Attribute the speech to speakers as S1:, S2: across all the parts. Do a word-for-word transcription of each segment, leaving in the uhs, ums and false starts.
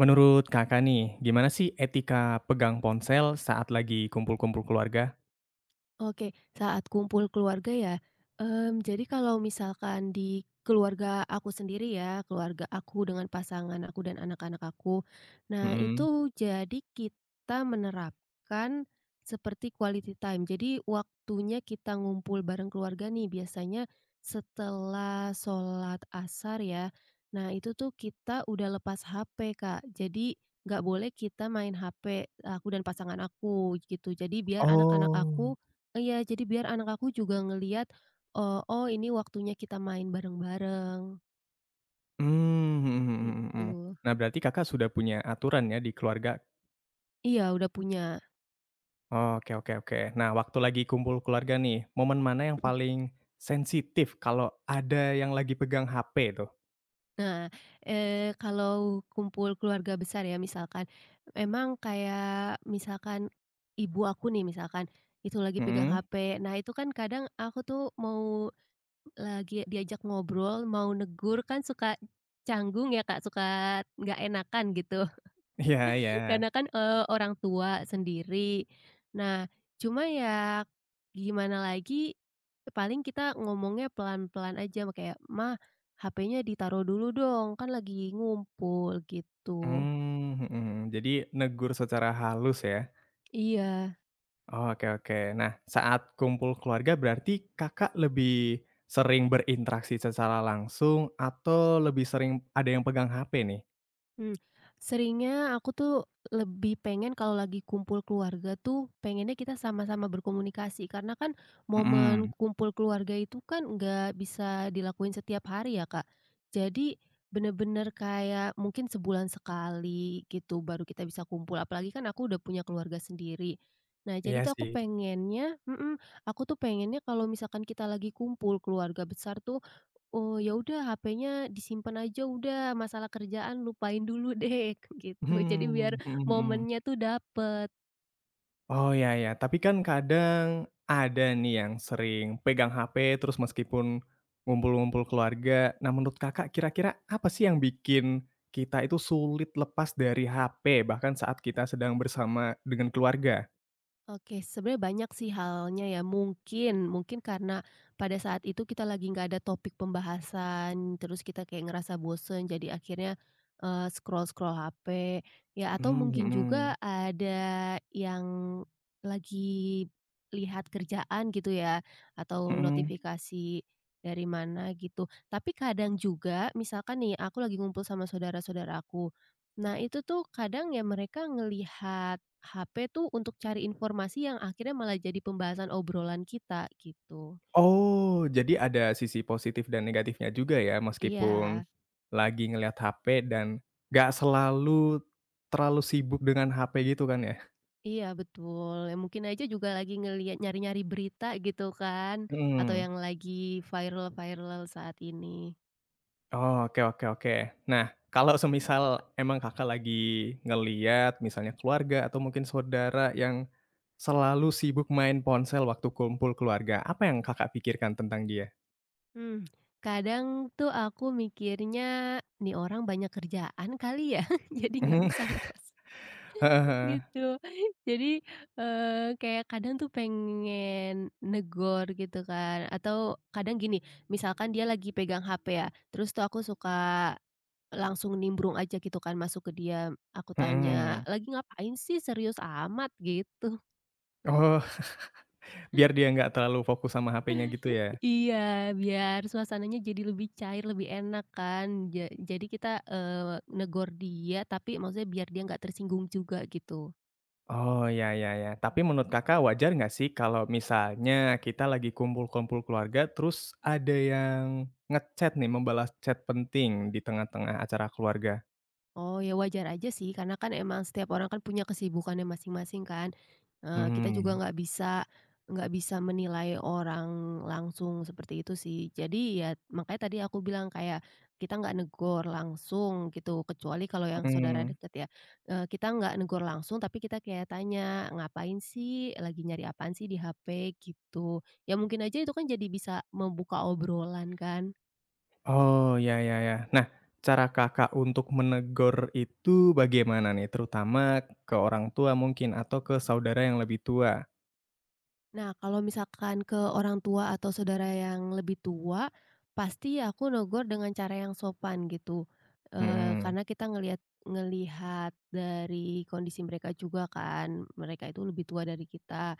S1: Menurut Kakak nih, gimana sih etika pegang ponsel saat lagi kumpul-kumpul keluarga?
S2: Oke, saat kumpul keluarga ya, mmm, jadi kalau misalkan di keluarga aku sendiri ya, keluarga aku dengan pasangan aku dan anak-anak aku. Nah
S1: Mhm.
S2: itu jadi kita menerapkan seperti quality time. Jadi waktunya kita ngumpul bareng keluarga nih biasanya setelah sholat asar ya. Nah itu tuh kita udah lepas ha pe, Kak, jadi nggak boleh kita main ha pe, aku dan pasangan aku gitu. Jadi biar anak-anak aku.
S1: Oh.
S2: Iya, jadi biar anak aku juga ngelihat, eee, "Oh, ini waktunya kita main bareng-bareng,"
S1: Mmm, mhm mhm mhm mhm.
S2: gitu.
S1: Nah, berarti Kakak sudah punya aturan ya di keluarga?
S2: Iya, udah punya.
S1: Oke oke oke. Nah, waktu lagi kumpul keluarga nih, momen mana yang
S2: Mhm.
S1: paling sensitif kalau ada yang lagi pegang H P tuh?
S2: Nah, eee, kalau kumpul keluarga besar ya misalkan, emang kayak misalkan ibu aku nih misalkan, itu lagi pegang
S1: Mhm.
S2: ha pe. Nah, itu kan kadang aku tuh mau lagi diajak ngobrol, mau negur kan suka canggung ya, Kak, suka nggak enakan gitu.
S1: Iya iya.
S2: Karena kan, eee, orang tua sendiri. Nah, cuma ya gimana lagi, paling kita ngomongnya pelan-pelan aja ma kayak, "Ma, ha pe-nya ditaruh dulu dong, kan lagi ngumpul," gitu.
S1: Mmm, mhm mhm. Jadi negur secara halus ya?
S2: Iya.
S1: Oke oke. Nah, saat kumpul keluarga berarti Kakak lebih sering berinteraksi secara langsung atau lebih sering ada yang pegang H P nih?
S2: Mmm, seringnya aku tuh lebih pengen kalau lagi kumpul keluarga tuh, pengennya kita sama-sama berkomunikasi karena kan momen
S1: Mhm.
S2: kumpul keluarga itu kan nggak bisa dilakuin setiap hari ya, Kak. Jadi bener-bener kayak mungkin sebulan sekali gitu baru kita bisa kumpul, apalagi kan aku udah punya keluarga sendiri. Nah, jadi
S1: Iya
S2: tuh aku
S1: sih.
S2: pengennya mhm, aku tuh pengennya kalau misalkan kita lagi kumpul keluarga besar tuh, "Oh, ya udah ha pe-nya disimpan aja udah, masalah kerjaan lupain dulu deh," gitu. Jadi biar
S1: Mhm, mhm mhm.
S2: momennya tuh dapet.
S1: Oh, iya iya. Tapi kan kadang ada nih yang sering pegang H P terus meskipun ngumpul-ngumpul keluarga. Nah, menurut Kakak kira-kira apa sih yang bikin kita itu sulit lepas dari H P bahkan saat kita sedang bersama dengan keluarga?
S2: Oke, sebenarnya banyak sih halnya ya. Mungkin, mungkin karena pada saat itu kita lagi nggak ada topik pembahasan, terus kita kayak ngerasa bosen, jadi akhirnya eh, scroll-scroll ha pe. Ya, atau
S1: Mmm,
S2: mungkin juga
S1: mhm,
S2: ada yang lagi lihat kerjaan gitu ya, atau
S1: mhm.
S2: notifikasi dari mana gitu. Tapi kadang juga, misalkan nih, aku lagi ngumpul sama saudara-saudaraku. Nah, itu tuh kadang ya mereka ngelihat ha pe tuh untuk cari informasi yang akhirnya malah jadi pembahasan obrolan kita, gitu.
S1: Oh, jadi ada sisi positif dan negatifnya juga ya,
S2: Iya,
S1: meskipun lagi ngelihat H P dan nggak selalu terlalu sibuk dengan H P gitu kan ya?
S2: iya, betul, ya mungkin aja juga lagi ngelihat nyari-nyari berita gitu kan, atau
S1: Mhm.
S2: yang lagi viral-viral saat ini.
S1: Oh, oke oke oke. Nah, kalau semisal emang Kakak lagi ngelihat misalnya keluarga atau mungkin saudara yang selalu sibuk main ponsel waktu kumpul keluarga, apa yang Kakak pikirkan tentang dia?
S2: Hmm, kadang tuh aku mikirnya, "Nih orang banyak kerjaan kali ya?" Jadi nggak
S1: Mhm,
S2: bisa lepas.
S1: heeh heeh,
S2: Gitu. Jadi, eee, kayak kadang tuh pengen negor gitu kan, atau kadang gini, misalkan dia lagi pegang ha pe ya, terus tuh aku suka langsung nimbrung aja gitu kan masuk ke dia, aku tanya,
S1: mhm.
S2: "Lagi ngapain sih? Serius amat?" Gitu.
S1: Oh, biar dia nggak terlalu fokus sama H P-nya gitu ya?
S2: Iya, biar suasananya jadi lebih cair, lebih enak kan. Ja jadi kita, eee, negor dia, tapi maksudnya biar dia nggak tersinggung juga gitu.
S1: Oh, ya ya ya. Tapi menurut Kakak wajar nggak sih kalau misalnya kita lagi kumpul-kumpul keluarga, terus ada yang ngechat nih, membalas chat penting di tengah-tengah acara keluarga?
S2: Oh, ya wajar aja sih karena kan emang setiap orang kan punya kesibukannya masing-masing kan, eee, kita juga
S1: Hmm.
S2: nggak bisa nggak bisa menilai orang langsung seperti itu sih. Jadi ya makanya tadi aku bilang kayak kita nggak negor langsung gitu, kecuali kalau yang saudara
S1: mhm.
S2: deket ya, eee, kita nggak negor langsung tapi kita kayak tanya, "Ngapain sih? Lagi nyari apaan sih di ha pe?" Gitu. Ya mungkin aja itu kan jadi bisa membuka obrolan kan.
S1: Oh, ya ya ya. Nah, cara Kakak untuk menegur itu bagaimana nih? Terutama ke orang tua mungkin atau ke saudara yang lebih tua?
S2: Nah, kalau misalkan ke orang tua atau saudara yang lebih tua, pasti aku negur dengan cara yang sopan gitu. Eee,
S1: Hmm.
S2: karena kita ngelihat ngelihat dari kondisi mereka juga kan, mereka itu lebih tua dari kita.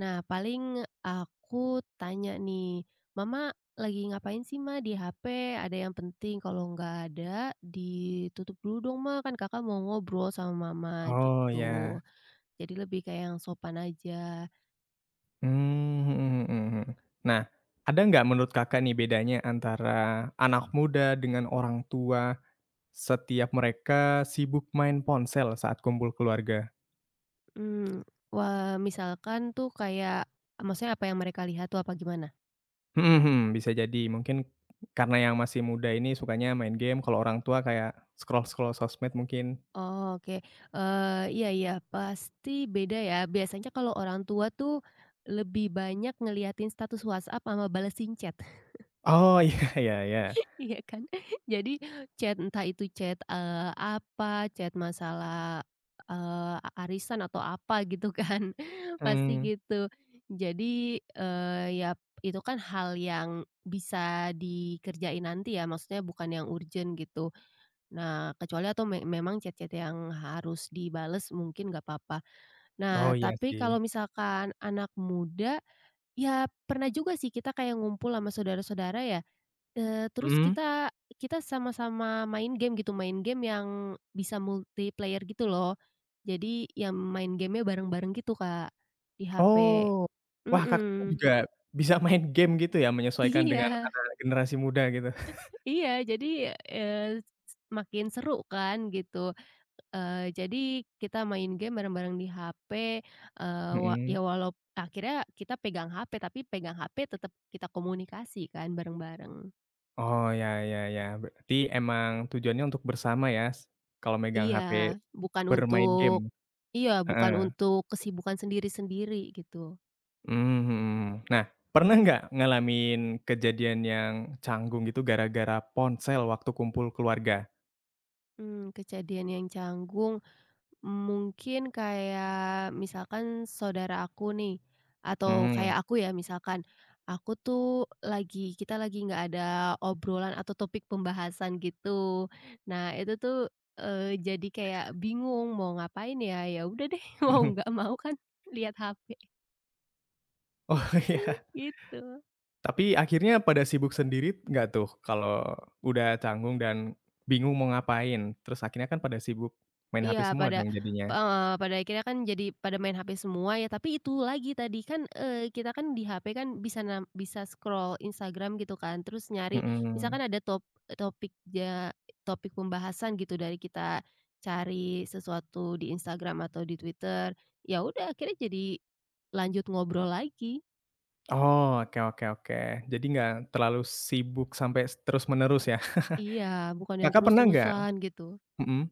S2: Nah, paling aku tanya nih, "Mama lagi ngapain sih, Ma, di ha pe? Ada yang penting? Kalau nggak ada, ditutup dulu dong, Ma, kan Kakak mau ngobrol sama Mama,"
S1: Oh, ya.
S2: gitu. Jadi lebih kayak yang sopan aja.
S1: Mmm, mhm mhm mhm. Nah, ada nggak menurut Kakak nih bedanya antara anak muda dengan orang tua setiap mereka sibuk main ponsel saat kumpul keluarga?
S2: Mmm, wah, misalkan tuh kayak maksudnya apa yang mereka lihat tuh apa gimana?
S1: Mhm mhm, bisa jadi mungkin karena yang masih muda ini sukanya main game, kalau orang tua kayak scroll-scroll sosmed mungkin.
S2: Oh, oke, eee, iya, iya, pasti beda ya. Biasanya kalau orang tua tuh lebih banyak ngeliatin status WhatsApp sama balesin chat.
S1: Oh, iya iya iya.
S2: Iya kan. Jadi chat entah itu chat, eee, apa, chat masalah, eee, arisan atau apa gitu kan, pasti
S1: Mmm,
S2: gitu. Jadi, eee, ya itu kan hal yang bisa dikerjain nanti ya, maksudnya bukan yang urgent gitu. Nah, kecuali atau me memang chat-chat yang harus dibales mungkin nggak apa-apa. Nah,
S1: oh, iya
S2: tapi
S1: sih.
S2: kalau misalkan anak muda, ya pernah juga sih kita kayak ngumpul sama saudara-saudara ya. Eee, terus
S1: Mhm?
S2: kita kita sama-sama main game gitu, main game yang bisa multiplayer gitu loh. Jadi yang main game-nya bareng-bareng gitu, Kak, di ha pe.
S1: Oh. Wah, Kakak juga
S2: Mhm.
S1: bisa main game gitu ya, menyesuaikan dengan
S2: Iya,
S1: anak generasi muda gitu?
S2: iya, jadi, eee, makin seru kan gitu. Eee, jadi kita main game bareng-bareng di ha pe, eee, wa ya
S1: Mhm.
S2: walau akhirnya kita pegang ha pe, tapi pegang ha pe tetap kita komunikasi kan bareng-bareng.
S1: Oh, ya ya ya, berarti emang tujuannya untuk bersama ya, s kalau megang
S2: Iya,
S1: H P,
S2: bukan
S1: bermain game?
S2: untuk iya, bukan
S1: Heeh,
S2: untuk kesibukan sendiri-sendiri gitu.
S1: mmm, mhm. Nah, pernah nggak ngalamin kejadian yang canggung gitu gara-gara ponsel waktu kumpul keluarga?
S2: Mmm, kejadian yang canggung mungkin kayak misalkan saudara aku nih, atau
S1: Mhm, mhm.
S2: kayak aku ya misalkan, aku tuh lagi kita lagi nggak ada obrolan atau topik pembahasan gitu. Nah itu tuh, eee, jadi kayak bingung mau ngapain ya, ya udah deh mau nggak mau kan lihat ha pe
S1: Oh, iya.
S2: gitu.
S1: Tapi akhirnya pada sibuk sendiri nggak tuh kalau udah canggung dan bingung mau ngapain? Terus akhirnya kan pada sibuk main H P
S2: Iya,
S1: semua
S2: pada,
S1: dong jadinya?
S2: eee, pada akhirnya kan jadi pada main ha pe semua ya, tapi itu lagi tadi kan, eee, kita kan di ha pe kan bisa nam bisa scroll Instagram gitu kan, terus nyari misalkan
S1: Mhm.
S2: ada top topik ja topik pembahasan gitu dari kita cari sesuatu di Instagram atau di Twitter, ya udah akhirnya jadi lanjut ngobrol lagi.
S1: Oh, oke oke oke. Jadi nggak terlalu sibuk sampai s terus-menerus ya.
S2: Iya, bukan yang
S1: Kakak pernah nggak
S2: terus-terusan gitu.
S1: mhm,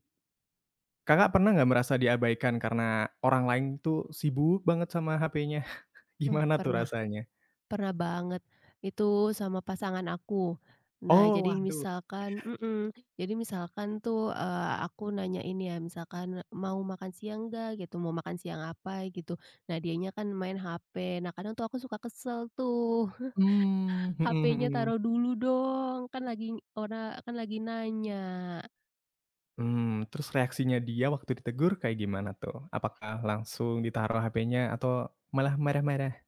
S1: Kakak pernah nggak merasa diabaikan karena orang lain tuh sibuk banget sama H P-nya?
S2: Eh,
S1: Gimana tuh
S2: pernah
S1: rasanya?
S2: Pernah banget, itu sama pasangan aku. Nah,
S1: Oh,
S2: jadi
S1: waduh.
S2: misalkan mhm, jadi misalkan tuh, eee, aku nanya ini ya, misalkan, "Mau makan siang nggak?" Gitu, "Mau makan siang apa?" Gitu. Nah, dianya kan main ha pe. Nah, kadang tuh aku suka kesel tuh,
S1: Mmm, mhm
S2: "ha pe-nya
S1: mhm.
S2: taruh dulu dong, kan lagi orang kan lagi nanya."
S1: Mmm, terus reaksinya dia waktu ditegur kayak gimana tuh? Apakah langsung ditaruh H P-nya atau malah marah-marah?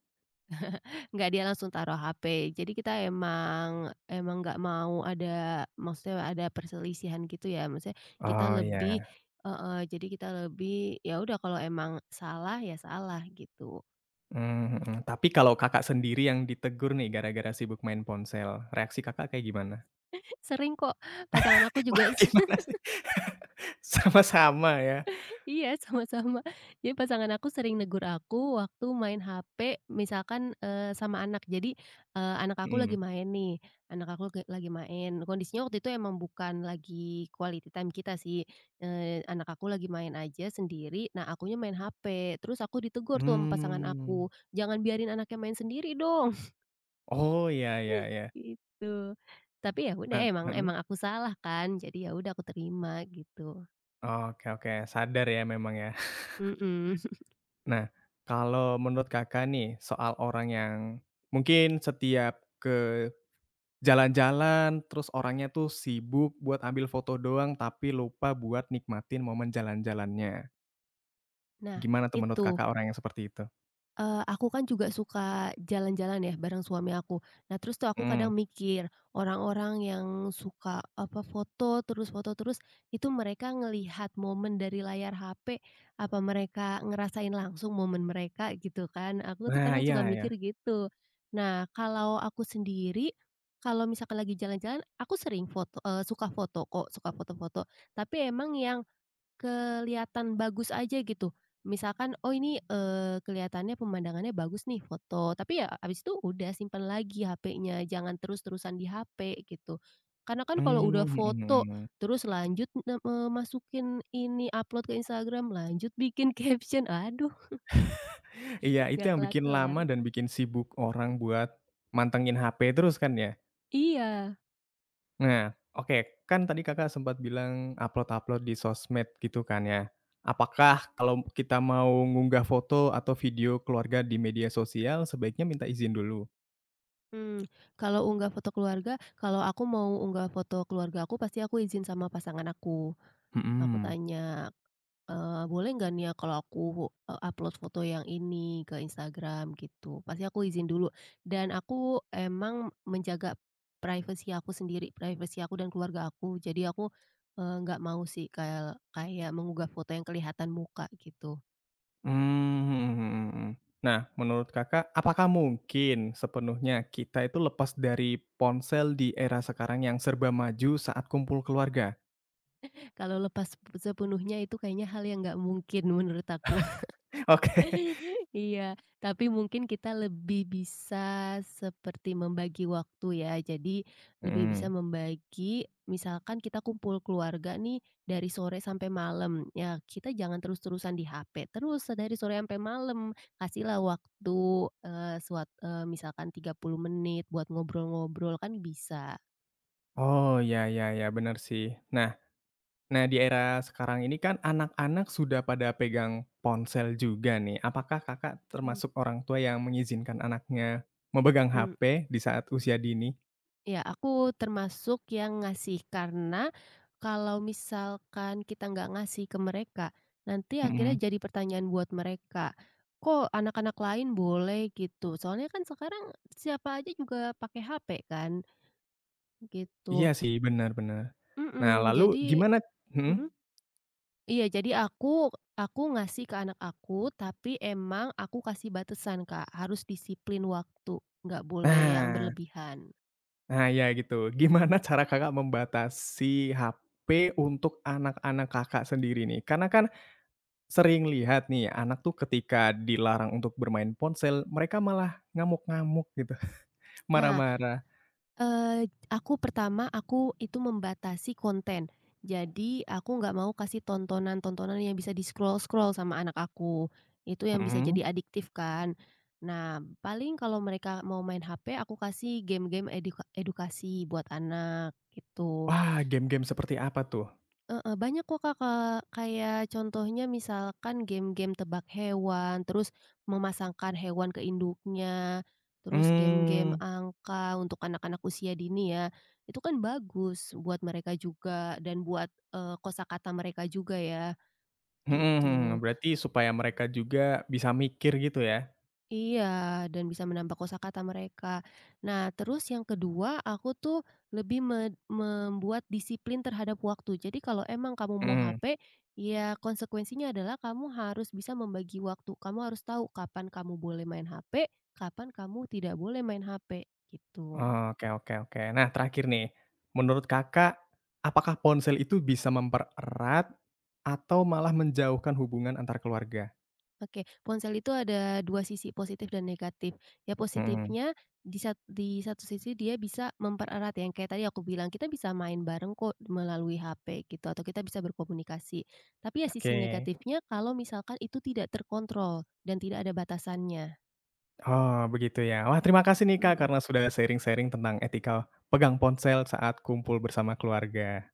S2: Nggak, dia langsung taruh ha pe. Jadi kita emang emang nggak mau ada maksudnya ada perselisihan gitu ya, maksudnya kita
S1: Oh,
S2: lebih,
S1: ya.
S2: heeh, jadi kita lebih, ya udah kalau emang salah, ya salah gitu.
S1: Mmm, mhm. Tapi kalau Kakak sendiri yang ditegur nih gara-gara sibuk main ponsel, reaksi Kakak kayak gimana?
S2: Sering kok, pasangan aku juga.
S1: Wah, gimana sih? Sama-sama ya?
S2: Iya, sama-sama. Jadi pasangan aku sering negur aku waktu main ha pe misalkan, eee, sama anak. Jadi, eee, anak aku lagi
S1: Mhm.
S2: main nih, anak aku lagi lagi main. Kondisinya waktu itu emang bukan lagi quality time kita sih, eee, anak aku lagi main aja sendiri, nah akunya main ha pe. Terus aku ditegur tuh sama pasangan
S1: Mmm.
S2: aku, "Jangan biarin anaknya main sendiri dong,"
S1: Oh, ya ya ya.
S2: gitu. Tapi ya udah
S1: Nah
S2: emang
S1: Mhm.
S2: emang aku salah kan, jadi ya udah aku terima gitu.
S1: oke oke, sadar ya memang ya.
S2: Mhm.
S1: Nah, kalau menurut Kakak nih, soal orang yang mungkin setiap ke jalan-jalan, terus orangnya tuh sibuk buat ambil foto doang, tapi lupa buat nikmatin momen jalan-jalannya.
S2: Nah,
S1: Gimana tuh menurut
S2: itu.
S1: Kakak orang yang seperti itu?
S2: Eee, aku kan juga suka jalan-jalan ya bareng suami aku. Nah terus tuh aku kadang
S1: Mhm.
S2: mikir, orang-orang yang suka, apa, foto terus foto terus, itu mereka ngelihat momen dari layar ha pe, apa mereka ngerasain langsung momen mereka gitu kan? Aku tuh
S1: Nah,
S2: kadang
S1: iya
S2: suka
S1: iya.
S2: mikir gitu. Nah kalau aku sendiri, kalau misalkan lagi jalan-jalan, aku sering foto, eee, suka foto kok, suka foto-foto. Tapi emang yang kelihatan bagus aja gitu. Misalkan, oh ini, eee, kelihatannya pemandangannya bagus nih foto, tapi ya abis itu udah simpan lagi ha pe-nya, jangan terus-terusan di ha pe gitu. Karena kan kalau udah
S1: Mmm, mhm
S2: foto,
S1: mhm.
S2: terus lanjut ne eee, masukin ini, upload ke Instagram, lanjut bikin caption, aduh
S1: Iya, itu
S2: nggak
S1: yang bikin
S2: kelar-kelar.
S1: lama dan bikin sibuk orang buat mantengin H P terus kan ya.
S2: Iya,
S1: Nah, oke, kan tadi Kakak sempat bilang upload-upload di sosmed gitu kan ya. Apakah kalau kita mau ngunggah foto atau video keluarga di media sosial sebaiknya minta izin dulu?
S2: mmm, kalau unggah foto keluarga, kalau aku mau unggah foto keluarga aku, pasti aku izin sama pasangan aku. Aku
S1: Mhm.
S2: tanya, Eee, "boleh nggak nih ya kalau aku, eee, upload foto yang ini ke Instagram," gitu. Pasti aku izin dulu dan aku emang menjaga privasi aku sendiri, privasi aku dan keluarga aku. Jadi aku, eee, nggak mau sih kayak kayak mengunggah foto yang kelihatan muka gitu.
S1: Mmm, mhm mhm mhm. Nah, menurut Kakak, apakah mungkin sepenuhnya kita itu lepas dari ponsel di era sekarang yang serba maju saat kumpul keluarga?
S2: Kalau lepas sepenuhnya itu kayaknya hal yang nggak mungkin menurut aku.
S1: Oke.
S2: Iya, tapi mungkin kita lebih bisa seperti membagi waktu ya. Jadi lebih bisa
S1: Mhm.
S2: membagi, misalkan kita kumpul keluarga nih dari sore sampai malam. Ya, kita jangan terus-terusan di ha pe terus dari sore sampai malam. Kasihlah waktu, eh, suat eh, misalkan tiga puluh menit buat ngobrol-ngobrol kan bisa.
S1: Oh, ya ya ya, benar sih. Nah nah di era sekarang ini kan anak-anak sudah pada pegang ponsel juga nih. Apakah Kakak
S2: Hmm.
S1: termasuk orang tua yang mengizinkan anaknya memegang
S2: Mm.
S1: H P di saat usia dini?
S2: Ya aku termasuk yang ngasih, karena kalau misalkan kita nggak ngasih ke mereka, nanti akhirnya
S1: Mhm.
S2: jadi pertanyaan buat mereka, "Kok anak-anak lain boleh?" gitu. Soalnya kan sekarang siapa aja juga pakai ha pe kan,
S1: Iya
S2: gitu.
S1: sih, benar-benar. Nah,
S2: Mhm,
S1: lalu
S2: jadi,
S1: gimana mhm?
S2: mhm, iya, jadi aku aku ngasih ke anak aku, tapi emang aku kasih batasan, Kak, harus disiplin waktu, nggak boleh yang
S1: Nah
S2: berlebihan.
S1: nah ya gitu. Gimana cara Kakak membatasi H P untuk anak-anak Kakak sendiri nih? Karena kan Sering lihat nih anak tuh ketika dilarang untuk bermain ponsel, mereka malah ngamuk-ngamuk gitu,
S2: Nah,
S1: marah-marah.
S2: Eee, aku pertama, aku itu membatasi konten. Jadi aku nggak mau kasih tontonan-tontonan yang bisa di-scroll-scroll sama anak aku. Itu yang bisa
S1: Mhm.
S2: jadi adiktif kan. Nah, paling kalau mereka mau main ha pe, aku kasih game-game eduka edukasi buat anak, gitu.
S1: Wah, game-game seperti apa tuh?
S2: Heeh, banyak kok, Kak, Kak, kayak contohnya misalkan game-game tebak hewan, terus memasangkan hewan ke induknya, terus game-game
S1: Mmm,
S2: angka untuk anak-anak usia dini ya, itu kan bagus buat mereka juga dan buat, eee, kosakata mereka juga ya,
S1: mhm mhm,
S2: gitu.
S1: berarti supaya mereka juga bisa mikir gitu ya?
S2: Iya, dan bisa menambah kosakata mereka. Nah, terus yang kedua, aku tuh lebih me membuat disiplin terhadap waktu. Jadi kalau emang kamu mau
S1: Mhm.
S2: ha pe, ya konsekuensinya adalah kamu harus bisa membagi waktu. Kamu harus tahu kapan kamu boleh main ha pe, kapan kamu tidak boleh main ha pe, gitu.
S1: Oke oke oke. Nah, terakhir nih, menurut Kakak, apakah ponsel itu bisa mempererat atau malah menjauhkan hubungan antar keluarga?
S2: Oke, ponsel itu ada dua sisi positif dan negatif. Ya
S1: Mhm,
S2: positifnya di sat di satu sisi dia bisa mempererat yang kayak tadi aku bilang, kita bisa main bareng kok melalui ha pe gitu atau kita bisa berkomunikasi. Tapi ya
S1: oke.
S2: sisi negatifnya kalau misalkan itu tidak terkontrol dan tidak ada batasannya.
S1: Oh, begitu ya. Wah, terima kasih nih Kak,
S2: Mhm.
S1: karena sudah sharing-sharing tentang etika pegang ponsel saat kumpul bersama keluarga.